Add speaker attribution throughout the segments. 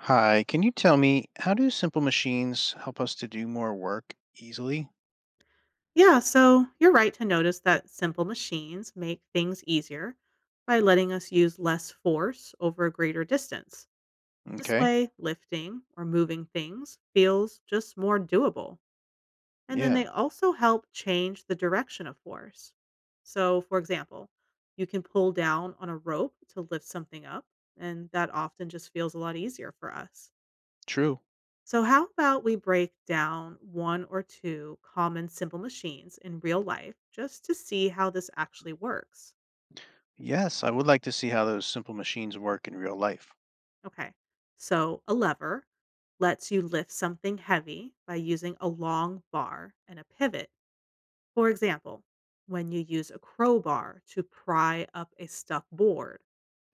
Speaker 1: Hi, can you tell me how do simple machines help us to do more work easily?
Speaker 2: Yeah, so you're right to notice that simple machines make things easier by letting us use less force over a greater distance. This
Speaker 1: Okay.
Speaker 2: way, lifting or moving things feels just more doable. And then they
Speaker 1: Yeah,
Speaker 2: also help change the direction of force. So, for example, you can pull down on a rope to lift something up, and that often just feels a lot easier for us.
Speaker 1: true.
Speaker 2: So, how about we break down one or two common simple machines in real life just to see how this actually works?
Speaker 1: Yes, I would like to see how those simple machines work in real life.
Speaker 2: Okay, so a lever lets you lift something heavy by using a long bar and a pivot. For example, when you use a crowbar to pry up a stuck board,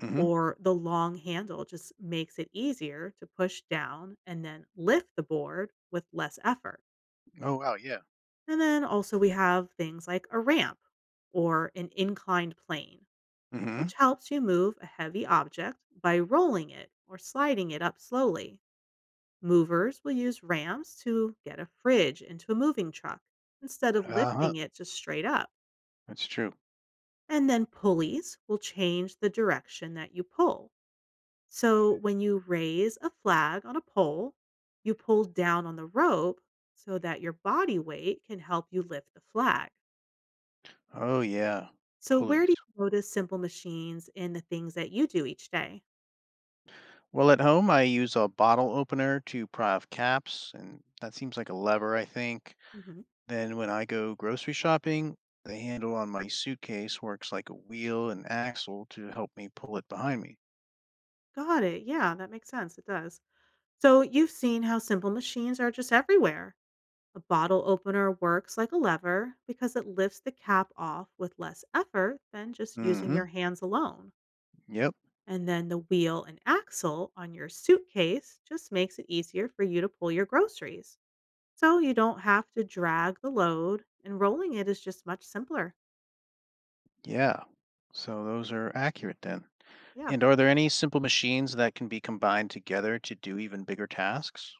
Speaker 1: Mm-hmm.
Speaker 2: or the long handle just makes it easier to push down and then lift the board with less effort.
Speaker 1: Oh, wow, yeah.
Speaker 2: And then also we have things like a ramp or an inclined plane,
Speaker 1: Mm-hmm.
Speaker 2: which helps you move a heavy object by rolling it or sliding it up slowly. Movers will use ramps to get a fridge into a moving truck instead of
Speaker 1: Uh-huh.
Speaker 2: lifting it just straight up.
Speaker 1: That's true.
Speaker 2: And then pulleys will change the direction that you pull. So when you raise a flag on a pole, you pull down on the rope so that your body weight can help you lift the flag.
Speaker 1: Oh, yeah.
Speaker 2: So, where do
Speaker 1: Pulleys.
Speaker 2: you notice simple machines in the things that you do each day?
Speaker 1: Well, at home, I use a bottle opener to pry off caps, and that seems like a lever, I think.
Speaker 2: Hmm.
Speaker 1: Then when I go grocery shopping, the handle on my suitcase works like a wheel and axle to help me pull it behind me.
Speaker 2: Got it. Yeah, that makes sense. It does. So, you've seen how simple machines are just everywhere. A bottle opener works like a lever because it lifts the cap off with less effort than just using
Speaker 1: Mm-hmm.
Speaker 2: your hands alone.
Speaker 1: Yep.
Speaker 2: And then the wheel and axle on your suitcase just makes it easier for you to pull your groceries. So you don't have to drag the load, and rolling it is just much simpler.
Speaker 1: Yeah. So those are accurate then.
Speaker 2: Yeah.
Speaker 1: And are there any simple machines that can be combined together to do even bigger tasks?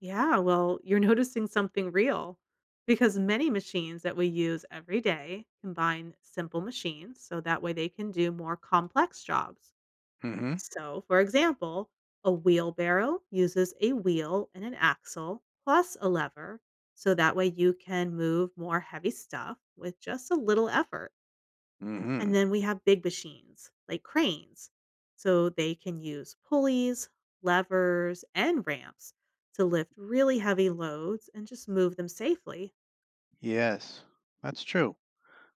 Speaker 2: Yeah, well, you're noticing something real because many machines that we use every day combine simple machines so that way they can do more complex jobs.
Speaker 1: Mm-hmm.
Speaker 2: So, for example, a wheelbarrow uses a wheel and an axle plus a lever so that way you can move more heavy stuff with just a little effort. And
Speaker 1: Mm-hmm.
Speaker 2: then we have big machines like cranes. So they can use pulleys, levers, and ramps to lift really heavy loads and just move them safely.
Speaker 1: Yes, that's true.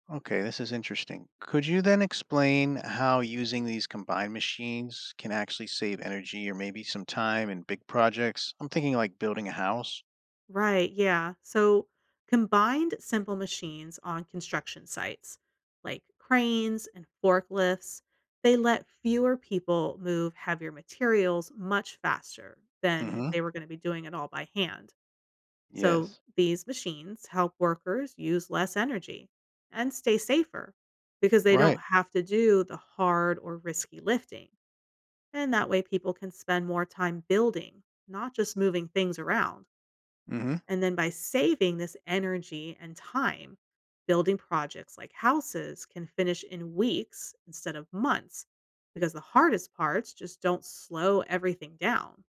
Speaker 1: Okay, this is interesting. Could you then explain how using these combined machines can actually save energy or maybe some time in big projects? I'm thinking like building a house.
Speaker 2: Right. Yeah. So combined simple machines on construction sites like cranes and forklifts, they let fewer people move heavier materials much faster than if
Speaker 1: Mm-hmm.
Speaker 2: they were going to be doing it all by hand. So
Speaker 1: Yes.
Speaker 2: these machines help workers use less energy and stay safer because they don't
Speaker 1: Right.
Speaker 2: have to do the hard or risky lifting. And that way, people can spend more time building, not just moving things around.
Speaker 1: Mm-hmm.
Speaker 2: And then by saving this energy and time, building projects like houses can finish in weeks instead of months because the hardest parts just don't slow everything down.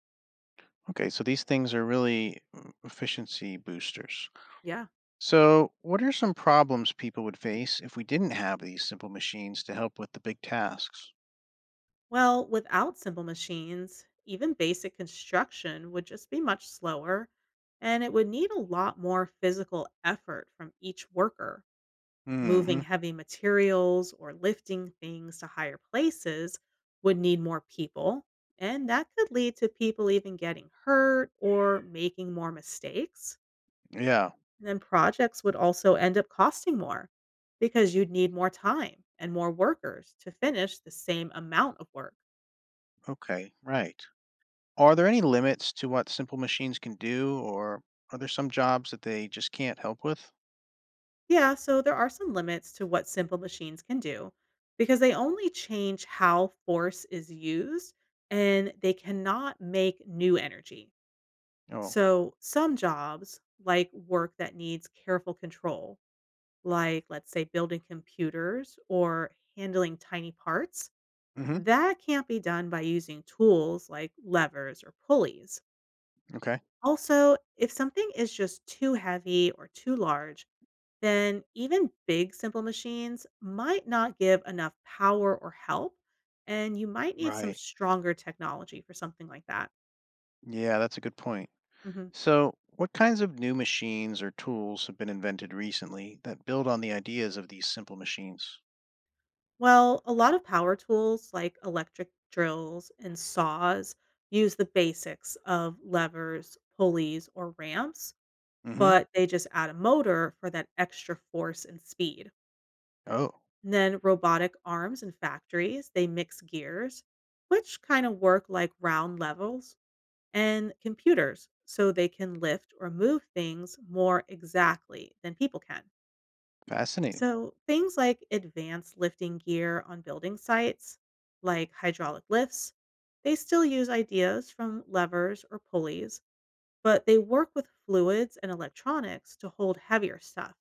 Speaker 1: Okay, so these things are really efficiency boosters.
Speaker 2: Yeah.
Speaker 1: So, what are some problems people would face if we didn't have these simple machines to help with the big tasks?
Speaker 2: Well, without simple machines, even basic construction would just be much slower, and it would need a lot more physical effort from each worker. Moving
Speaker 1: Hmm.
Speaker 2: heavy materials or lifting things to higher places would need more people, and that could lead to people even getting hurt or making more mistakes.
Speaker 1: Yeah.
Speaker 2: And then projects would also end up costing more because you'd need more time and more workers to finish the same amount of work.
Speaker 1: Okay. Right. Are there any limits to what simple machines can do, or are there some jobs that they just can't help with?
Speaker 2: Yeah, so there are some limits to what simple machines can do because they only change how force is used and they cannot make new energy.
Speaker 1: Oh.
Speaker 2: So, some jobs, like work that needs careful control, like let's say building computers or handling tiny parts,
Speaker 1: Hmm.
Speaker 2: that can't be done by using tools like levers or pulleys.
Speaker 1: Okay.
Speaker 2: Also, if something is just too heavy or too large, then even big simple machines might not give enough power or help, and you might need some
Speaker 1: Right.
Speaker 2: stronger technology for something like that.
Speaker 1: Yeah, that's a good point.
Speaker 2: Mhm.
Speaker 1: So, what kinds of new machines or tools have been invented recently that build on the ideas of these simple machines?
Speaker 2: Well, a lot of power tools like electric drills and saws use the basics of levers, pulleys, or ramps,
Speaker 1: Hmm.
Speaker 2: but they just add a motor for that extra force and speed.
Speaker 1: Oh,
Speaker 2: And then robotic arms in factories, they mix gears, which kind of work like round levels and computers so they can lift or move things more exactly than people can.
Speaker 1: fascinating.
Speaker 2: So, things like advanced lifting gear on building sites, like hydraulic lifts, they still use ideas from levers or pulleys, but they work with fluids and electronics to hold heavier stuff.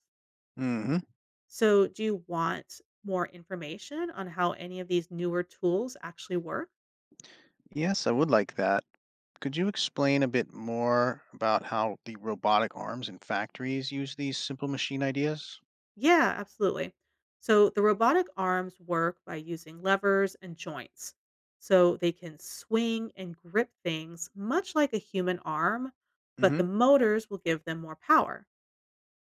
Speaker 1: Hmm.
Speaker 2: So, do you want more information on how any of these newer tools actually work?
Speaker 1: Yes, I would like that. Could you explain a bit more about how the robotic arms in factories use these simple machine ideas?
Speaker 2: Yeah, absolutely. So the robotic arms work by using levers and joints. So they can swing and grip things much like a human arm, but
Speaker 1: Hmm.
Speaker 2: the motors will give them more power.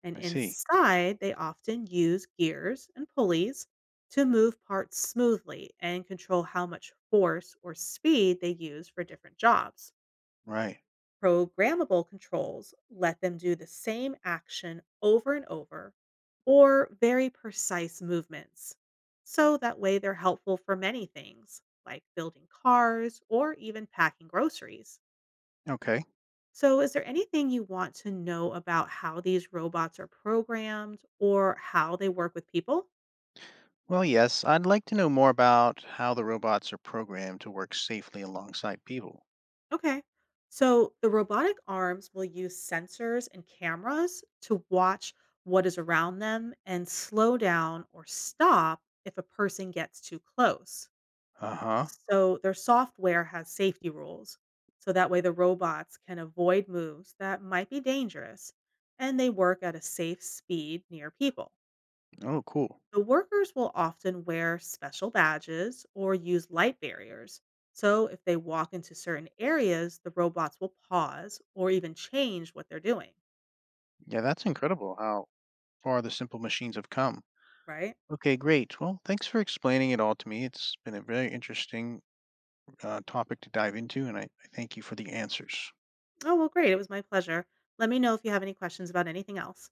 Speaker 2: And
Speaker 1: I see.
Speaker 2: inside, they often use gears and pulleys to move parts smoothly and control how much force or speed they use for different jobs.
Speaker 1: Right.
Speaker 2: Programmable controls let them do the same action over and over or very precise movements. So that way they're helpful for many things, like building cars or even packing groceries.
Speaker 1: Okay.
Speaker 2: So, is there anything you want to know about how these robots are programmed or how they work with people?
Speaker 1: Well, yes, I'd like to know more about how the robots are programmed to work safely alongside people.
Speaker 2: Okay. So the robotic arms will use sensors and cameras to watch what is around them and slow down or stop if a person gets too close.
Speaker 1: Uh huh.
Speaker 2: So their software has safety rules. So that way the robots can avoid moves that might be dangerous and they work at a safe speed near people.
Speaker 1: Oh, cool.
Speaker 2: The workers will often wear special badges or use light barriers. So, if they walk into certain areas, the robots will pause or even change what they're doing,
Speaker 1: Yeah, that's incredible how far the simple machines have come.
Speaker 2: right?
Speaker 1: Okay, great. Well, thanks for explaining it all to me. It's been a very interesting topic to dive into, and I thank you for the answers.
Speaker 2: Oh, well, great. It was my pleasure. Let me know if you have any questions about anything else.